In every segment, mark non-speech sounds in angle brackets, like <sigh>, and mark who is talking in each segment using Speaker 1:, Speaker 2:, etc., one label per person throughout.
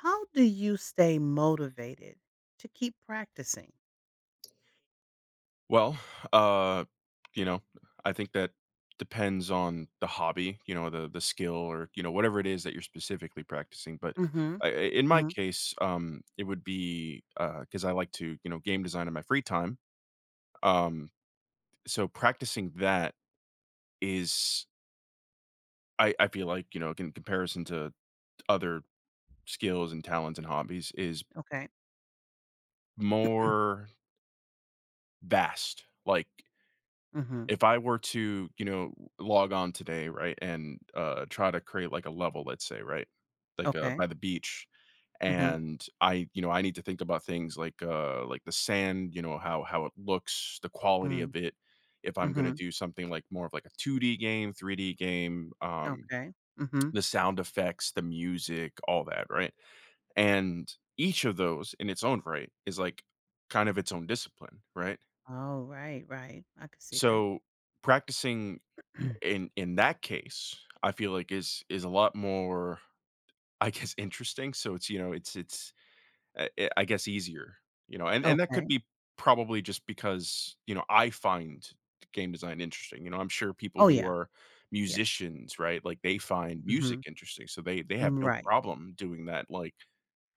Speaker 1: How do you stay motivated to keep practicing?
Speaker 2: Well, uh, you know, I think that depends on the hobby, you know, the skill or, you know, whatever it is that you're specifically practicing, but
Speaker 1: Mhm,
Speaker 2: I in my
Speaker 1: mhm,
Speaker 2: case, it would be, because I like to, you know, game design in my free time, um, so practicing that is I feel like, you know, in comparison to other skills and talents and hobbies is
Speaker 1: okay,
Speaker 2: more vast, like
Speaker 1: mhm,
Speaker 2: if I were to, you know, log on today, right, and, try to create, like, a level, let's say, right? Like,
Speaker 1: okay,
Speaker 2: by the beach,
Speaker 1: mhm,
Speaker 2: and I need to think about things like the sand, you know, how it looks, the quality
Speaker 1: mm,
Speaker 2: of it, if I'm gonna
Speaker 1: mhm,
Speaker 2: do something like more of like a 2D game, 3D game,
Speaker 1: okay, mhm.
Speaker 2: the sound effects, the music, all that, right? And each of those in its own right is, like, kind of its own discipline, right?
Speaker 1: Oh, right, right, I could see that.
Speaker 2: So, practicing
Speaker 1: <clears throat>
Speaker 2: in that case, I feel like is a lot more, I guess, interesting. So it's I guess easier, you know, and that could
Speaker 1: Okay.
Speaker 2: be probably just because, you know, I find game design interesting. You know, I'm sure people
Speaker 1: Oh,
Speaker 2: who
Speaker 1: yeah,
Speaker 2: are
Speaker 1: yeah,
Speaker 2: musicians, right? Like they find music
Speaker 1: mhm,
Speaker 2: interesting. So they have
Speaker 1: mm,
Speaker 2: no
Speaker 1: right,
Speaker 2: problem doing that like,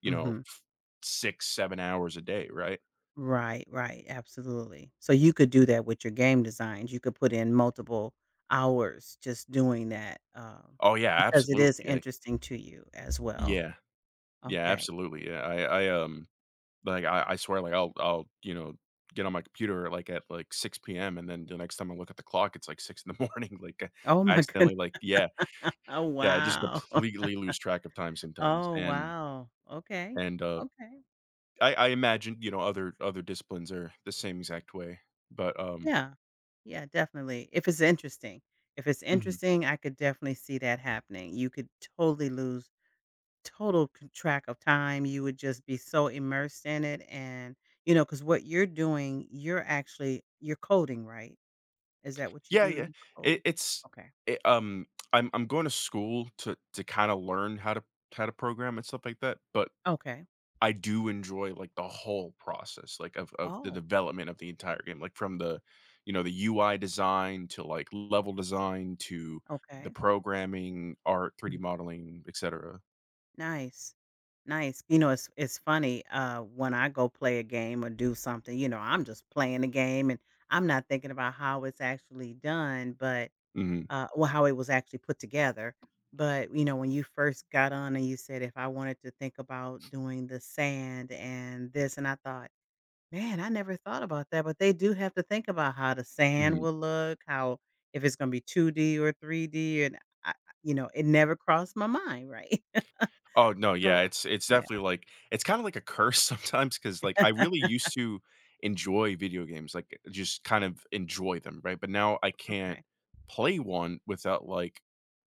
Speaker 2: you know,
Speaker 1: mhm,
Speaker 2: 6, 7 hours a day, right?
Speaker 1: right, right, absolutely. So you could do that with your game designs, you could put in multiple hours just doing that,
Speaker 2: Oh yeah,
Speaker 1: because it
Speaker 2: absolutely.
Speaker 1: is
Speaker 2: Yeah.
Speaker 1: interesting to you as well.
Speaker 2: Yeah. Yeah,
Speaker 1: Okay.
Speaker 2: absolutely. Yeah. I Like, I swear, like, I'll you know, get on my computer, like, at, like, 6 PM, and then the next time I look at the clock, it's, like, 6 in the <laughs> morning, like,
Speaker 1: Oh
Speaker 2: I
Speaker 1: my <laughs> goodness.
Speaker 2: accidentally, like
Speaker 1: Oh,
Speaker 2: yeah, I just
Speaker 1: wow. <laughs>
Speaker 2: completely lose track of time sometimes,
Speaker 1: Oh,
Speaker 2: and
Speaker 1: wow. Okay.
Speaker 2: and, uh,
Speaker 1: Okay.
Speaker 2: I imagine, you know, other disciplines are the same exact way, but.
Speaker 1: Yeah. Yeah, definitely. If it's interesting. If it's
Speaker 2: Mhm.
Speaker 1: interesting, I could definitely see that happening. You could totally lose total c track of time. You would just be so immersed in it and, you know, because what you're doing, you're actually you're coding, right? Is that what you
Speaker 2: Yeah,
Speaker 1: do?
Speaker 2: yeah.
Speaker 1: You code?
Speaker 2: It it's
Speaker 1: Okay.
Speaker 2: it, I'm going to school to kinda learn how to program and stuff like that, but
Speaker 1: Okay.
Speaker 2: I do enjoy, like, the whole process, like, of the
Speaker 1: Oh,
Speaker 2: development of the entire game, like, from the UI design to, like, level design to the
Speaker 1: okay.
Speaker 2: programming, art, 3D modeling, etcetera.
Speaker 1: Nice. Nice. You know, it's funny, when I go play a game or do something, you know, I'm just playing the game and I'm not thinking about how it's actually done, but
Speaker 2: Mhm,
Speaker 1: well how it was actually put together. But you know, when you first got on and you said if I wanted to think about doing the sand and this, and I thought, man, I never thought about that. But they do have to think about how the sand
Speaker 2: mhm.
Speaker 1: will look, how if it's gonna be 2D or 3D, and I, I- you know, it never crossed my mind, right? <laughs>
Speaker 2: Oh, no, yeah,
Speaker 1: So
Speaker 2: it's
Speaker 1: yeah.
Speaker 2: definitely, like it's kinda like a curse <laughs> sometimes because like, I really
Speaker 1: <laughs>
Speaker 2: used to enjoy video games, like, just kind of enjoy them, right? But now I can't
Speaker 1: Okay.
Speaker 2: play one without, like,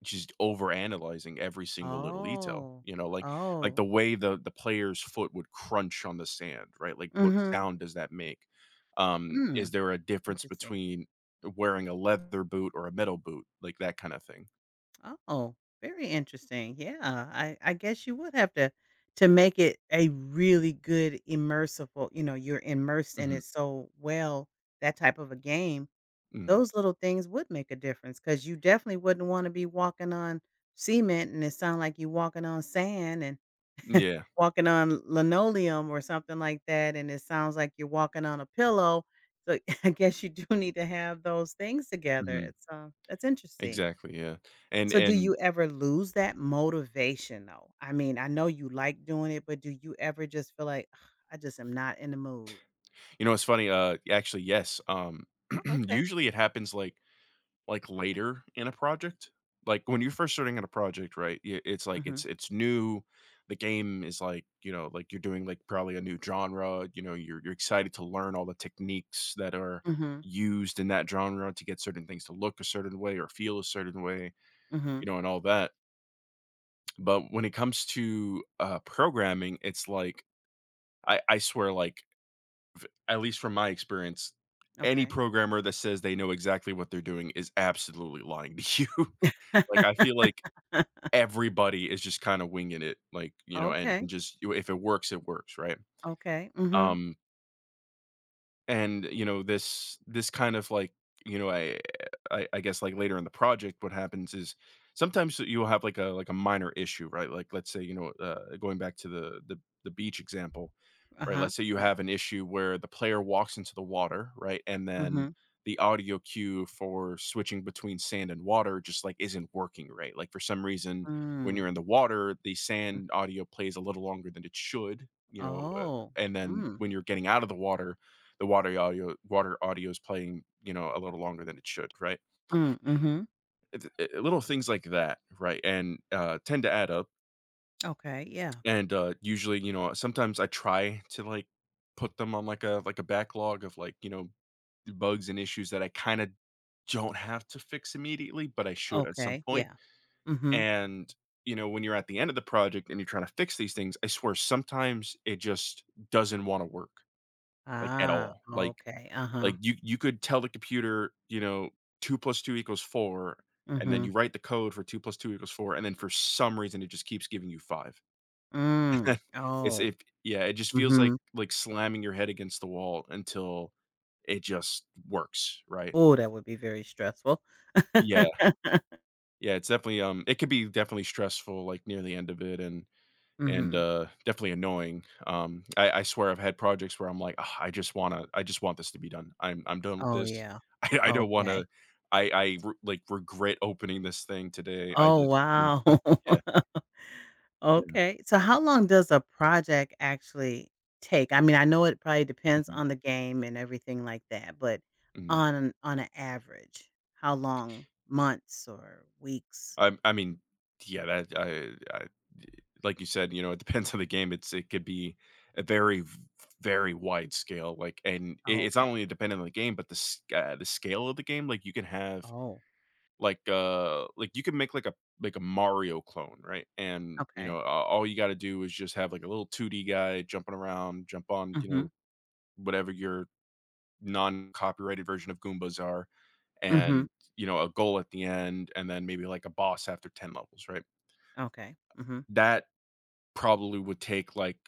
Speaker 2: just overanalyzing every single little detail,
Speaker 1: Oh.
Speaker 2: you know, like the
Speaker 1: Oh.
Speaker 2: way the player's foot would crunch on the sand, right? Like, what
Speaker 1: Mhm.
Speaker 2: sound does that make?
Speaker 1: Hmm,
Speaker 2: Is there a difference
Speaker 1: interesting.
Speaker 2: between wearing a leather boot or a metal boot? Like, that kinda thing.
Speaker 1: Oh, very interesting. Yeah, I guess you would have to make it a really good immersible, you know, you're immersed in
Speaker 2: Mhm,
Speaker 1: it so well, that type of a game,
Speaker 2: mhm.
Speaker 1: those little things would make a difference because you definitely wouldn't wanna be walking on cement and it sound like you walking on sand and <laughs>
Speaker 2: Yeah,
Speaker 1: walking on linoleum or something like that, and it sounds like you're walking on a pillow. So <laughs> I guess you do need to have those things together.
Speaker 2: mhm.
Speaker 1: It's that's interesting.
Speaker 2: Exactly, yeah. And
Speaker 1: So do
Speaker 2: and,
Speaker 1: you ever lose that motivation though? I mean, I know you like doing it, but do you ever just feel like, "Ugh, I just am not in the mood?"
Speaker 2: you know, it's funny, actually, yes, <clears throat>
Speaker 1: Oh, okay.
Speaker 2: usually it happens, like, later in a project? Like, when you're first starting on a project, right, I it's like
Speaker 1: Mm-hmm.
Speaker 2: it's new, the game is like, you know, like, you're doing, like, probably a new genre, you know, you're excited to learn all the techniques that are
Speaker 1: Mm-hmm.
Speaker 2: used in that genre to get certain things to look a certain way or feel a certain way,
Speaker 1: Mm-hmm.
Speaker 2: you know, and all that. But when it comes to, programming, it's like I swear, like, at least from my experience, any
Speaker 1: Okay.
Speaker 2: programmer that says they know exactly what they're doing is absolutely lying to you. <laughs> Like, I feel like
Speaker 1: <laughs>
Speaker 2: everybody is just kinda winging it, like, you know, and
Speaker 1: okay.
Speaker 2: and just if it works, it works, right?
Speaker 1: Okay. Mm-hmm.
Speaker 2: Um and, you know, this kind of like, you know, I I guess, like, later in the project, what happens is sometimes you'll have, like, a minor issue, right? Like, let's say, you know, going back to the the beach example, right?
Speaker 1: Uh-huh.
Speaker 2: Let's say you
Speaker 1: Yeah.
Speaker 2: have an issue where the player walks into the water, right? And then
Speaker 1: Mm-hmm.
Speaker 2: the audio cue for switching between sand and water just, like, isn't working, right? Like, for some reason, when
Speaker 1: Mm.
Speaker 2: you're in the water, the sand audio plays a little longer than it should, you know,
Speaker 1: Oh.
Speaker 2: and then
Speaker 1: Mm.
Speaker 2: when you're getting out of the water audio is playing, you know, a little longer than it should, right?
Speaker 1: Mm. Mm-hmm.
Speaker 2: Little things like that, right? And tend to add up.
Speaker 1: Okay. Yeah.
Speaker 2: And usually, you know, sometimes I try to like put them on like a backlog of like, you know, bugs and issues that I kind of don't have to fix immediately, but I should at some
Speaker 1: Okay,
Speaker 2: point.
Speaker 1: yeah. Mhm.
Speaker 2: And you know, when you're at the end of the project and you're trying to fix these things, I swear sometimes it just doesn't want to work like at
Speaker 1: Ah,
Speaker 2: all. Like
Speaker 1: okay, uh-huh.
Speaker 2: Like, you could tell the computer, you know, 2 plus 2 equals 4, and then
Speaker 1: Mhm.
Speaker 2: you write the code for 2 plus 2 equals 4, and then for some reason, it just keeps giving you 5.
Speaker 1: Mm.
Speaker 2: <laughs> It's
Speaker 1: Oh.
Speaker 2: if yeah, it just feels
Speaker 1: Mhm.
Speaker 2: like slamming your head against the wall until it just works, right?
Speaker 1: Oh, that would be very stressful. <laughs>
Speaker 2: Yeah, yeah, it's definitely, it could be definitely stressful, like, near the end of it, and
Speaker 1: Mhm.
Speaker 2: definitely annoying. I swear I've had projects where I'm like, "Ugh, I just want this to be done. I'm done with
Speaker 1: Oh,
Speaker 2: this.
Speaker 1: yeah.
Speaker 2: <laughs> I don't
Speaker 1: Okay.
Speaker 2: wanna. Like regret opening this thing today. I
Speaker 1: Oh,
Speaker 2: just, you know,
Speaker 1: wow.
Speaker 2: yeah,
Speaker 1: <laughs>
Speaker 2: yeah.
Speaker 1: Okay. So how long does a project actually take? I mean, I know it probably depends
Speaker 2: Hmm,
Speaker 1: on the game and everything like that, but
Speaker 2: hmm.
Speaker 1: on an average, how long? Months or weeks?
Speaker 2: I mean, yeah. Like you said, you know, it depends on the game. It could be a very, very wide scale. Like, and it,
Speaker 1: Oh,
Speaker 2: it's
Speaker 1: okay.
Speaker 2: not only dependent on the game, but the scale of the game. Like, you can have
Speaker 1: Oh,
Speaker 2: like, like you can make like a Mario clone, right? And you
Speaker 1: okay.
Speaker 2: know, all you got to do is just have like a little 2D guy jumping around, jump on, you know,
Speaker 1: Mhm.
Speaker 2: whatever your non-copyrighted version of Goombas are,
Speaker 1: Mhm.
Speaker 2: and you know, a goal at the end, and then maybe like a boss after 10 levels, right?
Speaker 1: Okay. Mhm.
Speaker 2: That probably would take like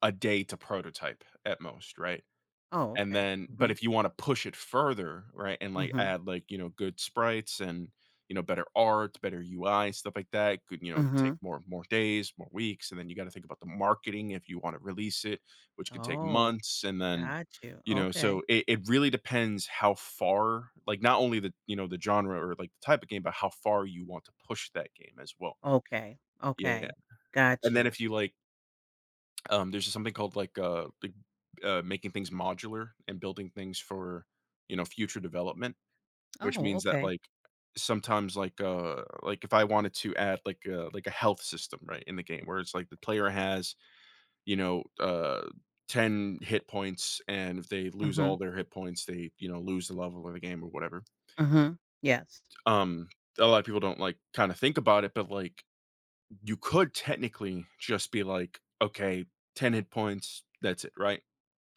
Speaker 2: a day to prototype at most, right?
Speaker 1: Oh,
Speaker 2: And
Speaker 1: okay.
Speaker 2: then but
Speaker 1: Mhm.
Speaker 2: if you wanna push it further, right, and, like,
Speaker 1: Mhm.
Speaker 2: add, like, you know, good sprites and, you know, better art, better UI, stuff like that, could, you know, take
Speaker 1: Mhm.
Speaker 2: more days, more weeks, and then you gotta think about the marketing if you wanna release it, which could take
Speaker 1: Oh,
Speaker 2: months, and then,
Speaker 1: got you.
Speaker 2: you know,
Speaker 1: Okay.
Speaker 2: so it really depends how far like, not only the genre or, like, the type of game, but how far you want to push that game as well.
Speaker 1: Okay.
Speaker 2: Yeah,
Speaker 1: Okay. Got
Speaker 2: and then
Speaker 1: you.
Speaker 2: if you, like there's something called like making things modular and building things for you know future development, which
Speaker 1: Oh,
Speaker 2: means that
Speaker 1: okay.
Speaker 2: like sometimes like like if I wanted to add like a health system right in the game where it's like the player has you know 10 hit points and if they lose
Speaker 1: Mhm.
Speaker 2: all their hit points they you know lose the level of the game or whatever
Speaker 1: Mhm. Yes.
Speaker 2: um a lot of people don't like kind of think about it but like you could technically just be like okay 10 hit points that's it right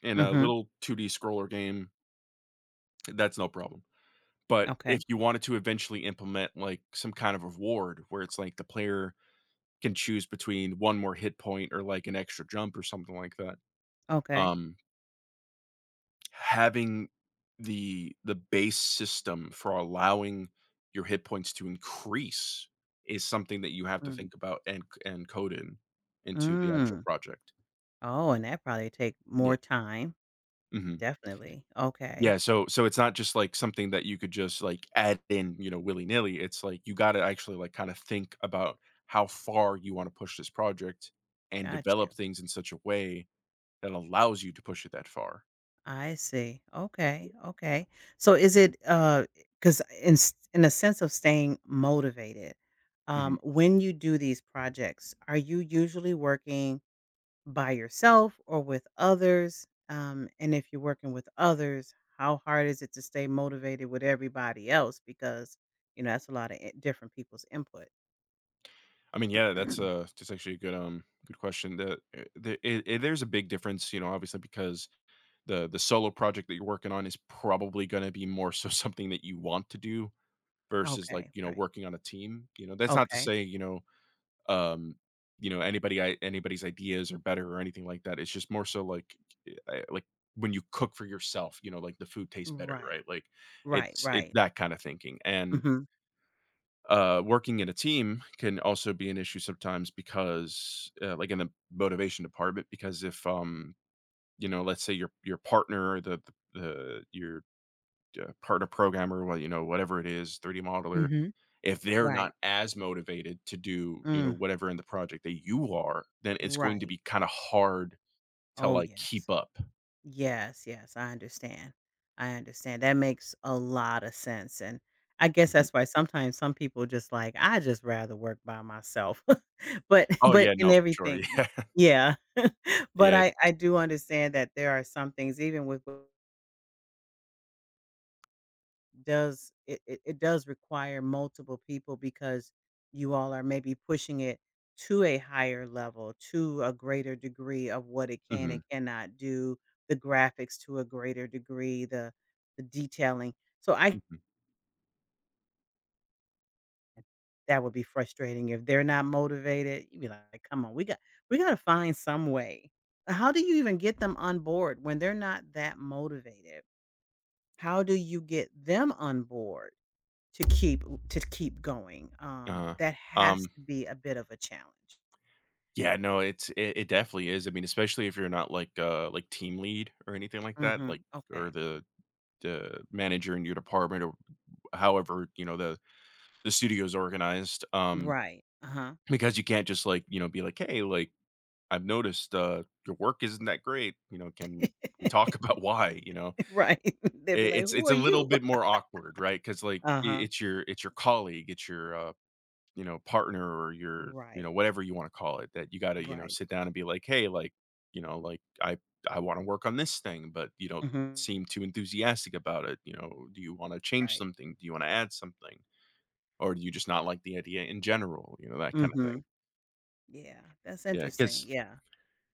Speaker 2: in a
Speaker 1: Mhm.
Speaker 2: little 2D scroller game, that's no problem. But if
Speaker 1: Okay.
Speaker 2: you wanted to eventually implement like some kind of reward where it's like the player can choose between one more hit point or like an extra jump or something like that,
Speaker 1: Okay.
Speaker 2: um, having the base system for allowing your hit points to increase is something that you have to
Speaker 1: Mm.
Speaker 2: think about and code in into the actual
Speaker 1: Mm.
Speaker 2: project.
Speaker 1: Oh, and that probably take
Speaker 2: Yeah.
Speaker 1: more time.
Speaker 2: Mhm.
Speaker 1: Definitely. Okay.
Speaker 2: Yeah, so so it's not just, like, something that you could just, like, add in, you know, willy-nilly, it's like you gotta actually, like, kinda think about how far you wanna push this project and
Speaker 1: Got you.
Speaker 2: develop things in such a way that allows you to push it that far.
Speaker 1: I see. Okay. Okay. So is it cuz in a sense of staying motivated,
Speaker 2: Mhm.
Speaker 1: um, when you do these projects, are you usually working by yourself or with others? Um, and if you're working with others, how hard is it to stay motivated with everybody else because you know, that's a lot of different people's input.
Speaker 2: I mean, yeah,
Speaker 1: <clears throat>
Speaker 2: that's actually a good, good question. There's a big difference, you know, obviously because the solo project that you're working on is probably gonna be more so <laughs> something that you want to do versus, like,
Speaker 1: okay,
Speaker 2: you know,
Speaker 1: right.
Speaker 2: working on a team, you know? That's not to
Speaker 1: Okay.
Speaker 2: say, um anybody's ideas are better or anything like that. It's just more so like, I, like when you cook for yourself, like the food tastes better,
Speaker 1: Right.
Speaker 2: right? Like,
Speaker 1: Right,
Speaker 2: it's
Speaker 1: right.
Speaker 2: that kind of thinking. and
Speaker 1: Mhm.
Speaker 2: uh working in a team can also be an issue sometimes, because like, in the motivation department. Because if let's say your partner, or the your, partner programmer, well, whatever it is, 3D modeler,
Speaker 1: Mhm.
Speaker 2: if they're not
Speaker 1: Right.
Speaker 2: as motivated to do,
Speaker 1: Mm,
Speaker 2: whatever in the project that you are, then it's going to
Speaker 1: right.
Speaker 2: be kinda hard to,
Speaker 1: Oh,
Speaker 2: like, keep
Speaker 1: yes.
Speaker 2: up.
Speaker 1: Yes, yes, I understand. I understand. That makes a lot of sense, and I guess
Speaker 2: Mhm.
Speaker 1: that's why sometimes some people just like, "I just rather work by myself." <laughs>
Speaker 2: Oh,
Speaker 1: But
Speaker 2: yeah,
Speaker 1: in
Speaker 2: no, for sure. <laughs>
Speaker 1: everything
Speaker 2: Yeah.
Speaker 1: yeah. <laughs> But
Speaker 2: Yeah.
Speaker 1: I do understand that there are some things even with does it does require multiple people because you all are maybe pushing it to a higher level, to a greater degree of what it can
Speaker 2: Mhm.
Speaker 1: and cannot do, the graphics to a greater degree, the detailing, so I
Speaker 2: Mhm.
Speaker 1: that would be frustrating. If they're not motivated you'd be like, come on, we got to find some way. How do you even get them on board when they're not that motivated? How do you get them on board? To keep to keep going,
Speaker 2: Uh-huh.
Speaker 1: that
Speaker 2: Um,
Speaker 1: has to be a bit of a challenge.
Speaker 2: yeah, no, it definitely is. I mean, especially if you're not like, like, team lead or anything like that, like,
Speaker 1: Mhm,
Speaker 2: or
Speaker 1: okay.
Speaker 2: the manager in your department, or however, the studio's organized,
Speaker 1: Right, uh-huh.
Speaker 2: because you can't just, like, be like, "Hey, like, I've noticed, your work isn't that great, can we talk <laughs>
Speaker 1: <laughs>
Speaker 2: about why, you know?"
Speaker 1: Right, <laughs>
Speaker 2: I
Speaker 1: they'd be like, "Who
Speaker 2: it's
Speaker 1: are
Speaker 2: a little
Speaker 1: you?"
Speaker 2: bit more awkward, right? Because, like, I
Speaker 1: Uh-huh.
Speaker 2: it's your colleague, it's your, partner, or your,
Speaker 1: Right,
Speaker 2: whatever you wanna call it, that you gotta,
Speaker 1: right.
Speaker 2: sit down and be like, "Hey, like, like, I wanna work on this thing, but you don't
Speaker 1: Mhm,
Speaker 2: seem too enthusiastic about it. Do you wanna change
Speaker 1: right.
Speaker 2: something? Do you wanna add something? Or do you just not like the idea in general?" That kinda thing.
Speaker 1: Mhm. Yeah, that's
Speaker 2: Yeah,
Speaker 1: interesting,
Speaker 2: because.
Speaker 1: yeah.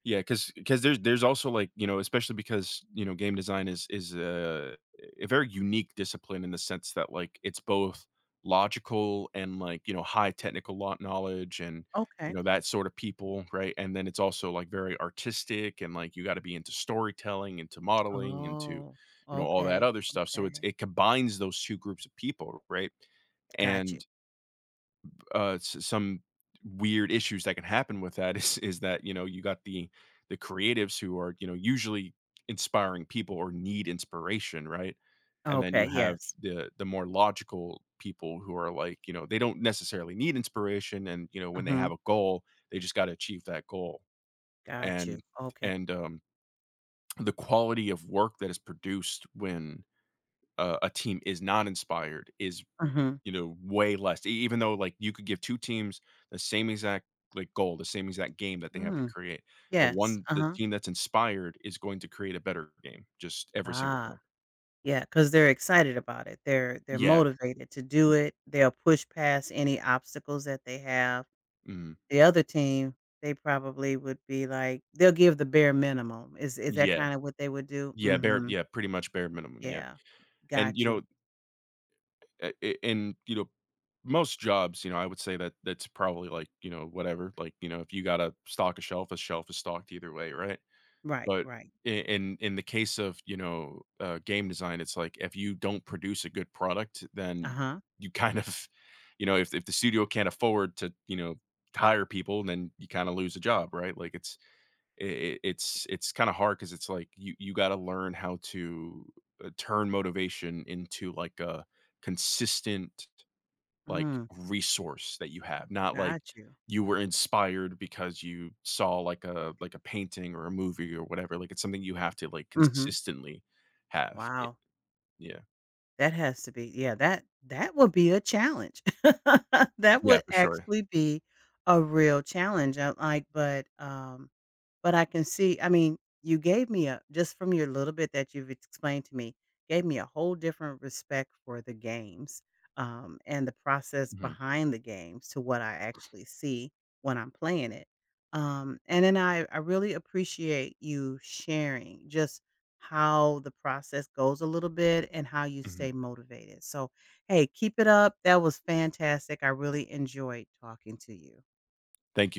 Speaker 2: Yeah, because there's also, like, especially because, game design is a very unique discipline, in the sense that, like, it's both logical and, like, high technical lot knowledge and,
Speaker 1: Okay.
Speaker 2: that sort of people, right? And then it's also, like, very artistic and, like, you gotta be into storytelling, into modeling, into,
Speaker 1: Oh,
Speaker 2: all that
Speaker 1: okay,
Speaker 2: other stuff. So it's
Speaker 1: okay.
Speaker 2: it combines those 2 groups of people, right?
Speaker 1: Got you.
Speaker 2: And some weird issues that can happen with that is that, you got the creatives, who are, usually inspiring people or need inspiration, right? And then you
Speaker 1: Okay,
Speaker 2: have
Speaker 1: yes.
Speaker 2: the more logical people, who are like, they don't necessarily need inspiration, and,
Speaker 1: Uh
Speaker 2: when they
Speaker 1: huh.
Speaker 2: have a goal, they just got to achieve that goal.
Speaker 1: Got
Speaker 2: And
Speaker 1: you, okay.
Speaker 2: and the quality of work that is produced when a team is not inspired is,
Speaker 1: Mhm,
Speaker 2: way less. E even though, like, you could give 2 teams the same exact, like, goal, the same exact game that they have to
Speaker 1: mm,
Speaker 2: create. The
Speaker 1: yes,
Speaker 2: one the
Speaker 1: uh-huh.
Speaker 2: team that's inspired is going to create a better game just every single time.
Speaker 1: Ah. Yeah, because 'cause they're excited about it. They're
Speaker 2: Yeah,
Speaker 1: motivated to do it. They'll push past any obstacles that they have.
Speaker 2: mhm,
Speaker 1: The other team, they probably would be like they'll give the bare minimum. Is that
Speaker 2: yeah,
Speaker 1: kinda what they would do?
Speaker 2: yeah, bare
Speaker 1: Mhm.
Speaker 2: yeah, pretty much bare minimum, yeah,
Speaker 1: Yeah.
Speaker 2: and, you
Speaker 1: Got you.
Speaker 2: know, a and, you know, most jobs, I would say that that's probably, like, whatever, like, if you gotta stock a shelf is stocked either way, right?
Speaker 1: Right,
Speaker 2: But
Speaker 1: right.
Speaker 2: I in the case of, game design, it's like, if you don't produce a good product, then
Speaker 1: Uh-huh.
Speaker 2: you kind of <laughs> if the studio can't afford to, hire people, then you kinda lose a job, right? Like, it's I it's kinda hard, because it's like you gotta learn how to, turn motivation into, like, a consistent, like,
Speaker 1: Mm,
Speaker 2: resource that you have. Not like
Speaker 1: got you.
Speaker 2: you were inspired because you saw, like, a painting or a movie or whatever. Like, it's something you have to, like,
Speaker 1: Mhm.
Speaker 2: consistently have. It
Speaker 1: Wow.
Speaker 2: yeah.
Speaker 1: That has to be yeah, that that would be a challenge. <laughs> That
Speaker 2: Yeah,
Speaker 1: would
Speaker 2: for sure.
Speaker 1: actually be a real challenge, I'm like, but I can see, I mean, you gave me a just from your little bit that you've explained to me, gave me a whole different respect for the games, and the process
Speaker 2: Mhm,
Speaker 1: behind the games to what I actually see when I'm playing it. And then I really appreciate you sharing just how the process goes a little bit and how you
Speaker 2: mhm.
Speaker 1: stay motivated. So, hey, keep it up. That was fantastic. I really enjoyed talking to you.
Speaker 2: Thank you.